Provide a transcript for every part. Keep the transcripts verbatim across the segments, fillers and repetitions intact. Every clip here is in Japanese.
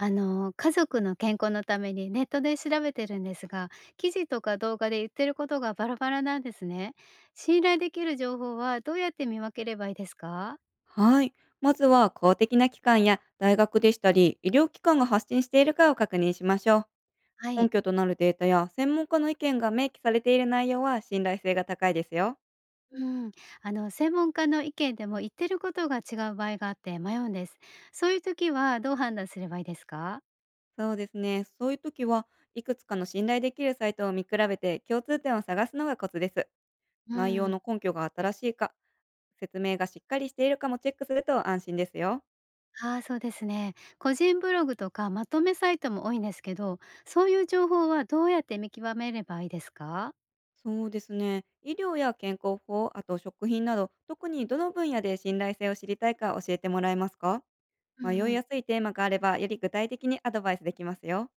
あの、家族の健康のためにネットで調べてるんですが、記事とか動画で言ってることがバラバラなんですね。信頼できる情報はどうやって見分ければいいですか？はい。まずは公的な機関や大学でしたり、医療機関が発信しているかを確認しましょう。は根い。拠となるデータや専門家の意見が明記されている内容は信頼性が高いですよ。うん。あの、専門家の意見でも言ってることが違う場合があって迷うんです。そういう時はどう判断すればいいですか？そうですね。そういう時はいくつかの信頼できるサイトを見比べて共通点を探すのがコツです。う内容のん。根拠が新しいか、説明がしっかりしているかもチェックすると安心ですよ。ああ、そうですね。個人ブログとかまとめサイトも多いんですけど、そういう情報はどうやって見極めればいいですか？そうですね。医療や健康法、あと食品など、特にどの分野で信頼性を知りたいか教えてもらえますか？う迷いやん。すいテーマがあれば、より具体的にアドバイスできますよ。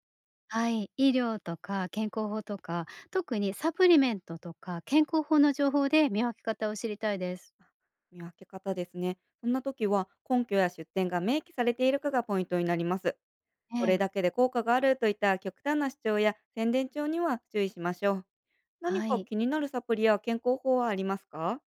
はい、医療とか健康法とか、特にサプリメントとか健康法の情報で見分け方を知りたいです。あ、見分け方ですね。そんな時は、根拠や出典が明記されているかがポイントになります。えこれえ、だけで効果があるといった極端な主張や宣伝帳には注意しましょう。何はかい。気になるサプリや健康法はありますか？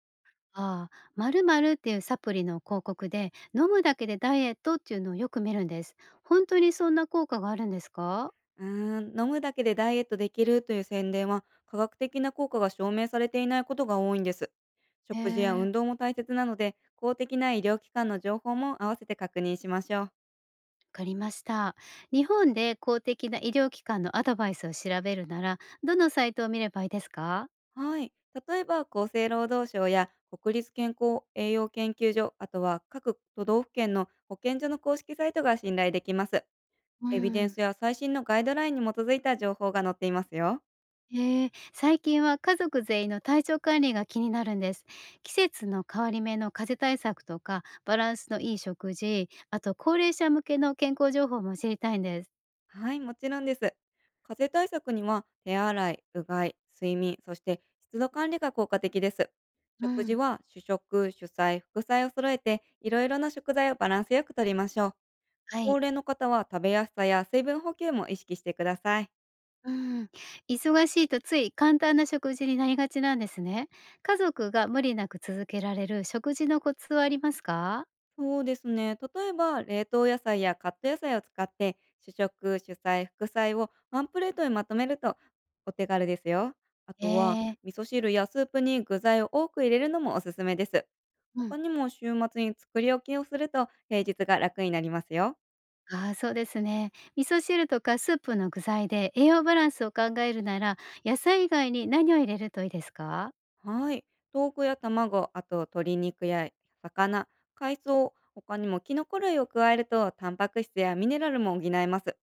ああ、〇〇っていうサプリの広告で、飲むだけでダイエットっていうのをよく見るんです。本当にそんな効果があるんですか？うーん、飲むだけでダイエットできるという宣伝は、科学的な効果が証明されていないことが多いんです。へ食事やえ、わ運動も大切なので、公的な医療機関の情報も合わせて確認しましょう。かりました。日本で公的な医療機関のアドバイスを調べるなら、どのサイトを見ればいいですか？はい。例えば、厚生労働省や国立健康栄養研究所、あとは各都道府県の保健所の公式サイトが信頼できます。うエビデンん。スや最新のガイドラインに基づいた情報が載っていますよ。へえ、最近は家族全員の体調管理が気になるんです。季節の変わり目の風邪対策とか、バランスのいい食事、あと高齢者向けの健康情報も知りたいんです。はい、もちろんです。風邪対策には手洗い、うがい、睡眠、そして湿度管理が効果的です。う食事ん。は主食、主菜、副菜を揃えていろいろな食材をバランスよくとりましょう。は高い。齢の方は食べやすさや水分補給も意識してください。うん。忙しいとつい簡単な食事になりがちなんですね。家族が無理なく続けられる食事のコツはありますか？そうですね。例えば、冷凍野菜やカット野菜を使って、主食、主菜、副菜をワンプレートにまとめるとお手軽ですよ。あえとは、え、味噌汁やスープに具材を多く入れるのもおすすめです。う他ん。にも週末に作り置きをすると平日が楽になりますよ。ああ、そうですね。味噌汁とかスープの具材で栄養バランスを考えるなら、野菜以外に何を入れるといいですか？はい。豆腐や卵、あと鶏肉や魚、海藻、他にもキノコ類を加えると、タンパク質やミネラルも補えます。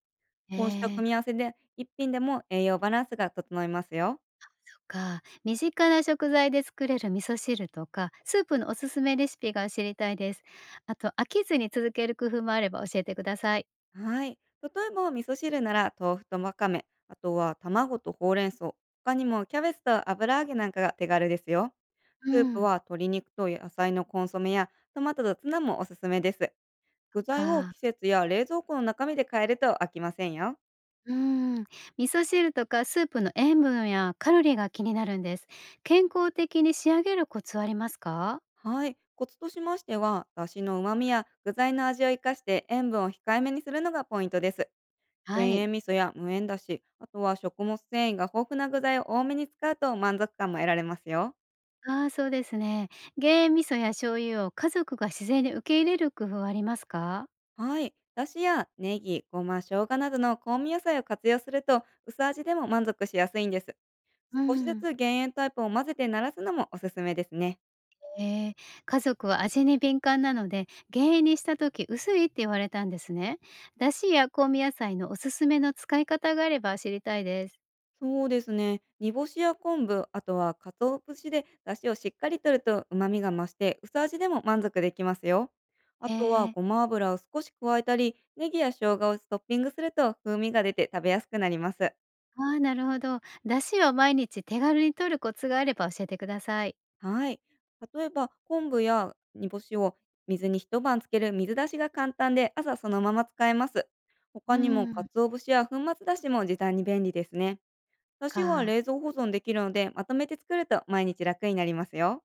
えこうしたえ、組み合わせで、一品でも栄養バランスが整いますよ。そっか。身近な食材で作れる味噌汁とか、スープのおすすめレシピが知りたいです。あと、飽きずに続ける工夫もあれば教えてください。はい。例えば、味噌汁なら豆腐とわかめ、あとは卵とほうれん草、他にもキャベツと油揚げなんかが手軽ですよ。うスープん。は鶏肉と野菜のコンソメやトマトとツナもおすすめです。具材をか。季節や冷蔵庫の中身で変えると飽きませんよ。うーん。味噌汁とかスープの塩分やカロリーが気になるんです。健康的に仕上げるコツはありますか？はい。コツとしましては、だしの旨味や具材の味を生かして塩分を控えめにするのがポイントです。は減い。塩味噌や無塩だし、あとは食物繊維が豊富な具材を多めに使うと満足感も得られますよ。ああ、そうですね。減塩味噌や醤油を家族が自然に受け入れる工夫はありますか？はい。だしやネギ、ごま、生姜などの香味野菜を活用すると薄味でも満足しやすいんです。う少しずん。つ減塩タイプを混ぜて慣らすのもおすすめですね。えー、家族は味に敏感なので減塩にした時薄いって言われたんですね。だしや香味野菜のおすすめの使い方があれば知りたいです。そうですね。煮干しや昆布、あとは鰹節で出汁をしっかりとると旨味が増して、薄味でも満足できますよ。あえとはー、ごま油を少し加えたり、ネギや生姜をトッピングすると風味が出て食べやすくなります。ああ、なるほど。だしを毎日手軽に摂るコツがあれば教えてください。はい。例えば昆布や煮干しを水にひとばんつける水出しが簡単で朝そのまま使えます。う他ーにもん、鰹節や粉末出汁も時短に便利ですね。出汁はか。冷蔵保存できるのでまとめて作ると毎日楽になりますよ。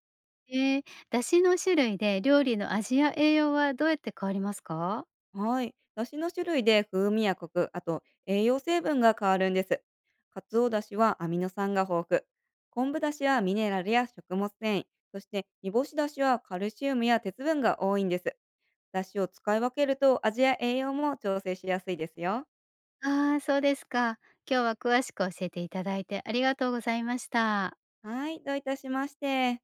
えー、だしの種類で料理の味や栄養はどうやって変わりますか？はい。だしの種類で風味やコク、あと栄養成分が変わるんです。かつおだしはアミノ酸が豊富。昆布だしはミネラルや食物繊維。そして煮干しだしはカルシウムや鉄分が多いんです。だしを使い分けると味や栄養も調整しやすいですよ。ああ、そうですか。今日は詳しく教えていただいてありがとうございました。はい。どういたしまして。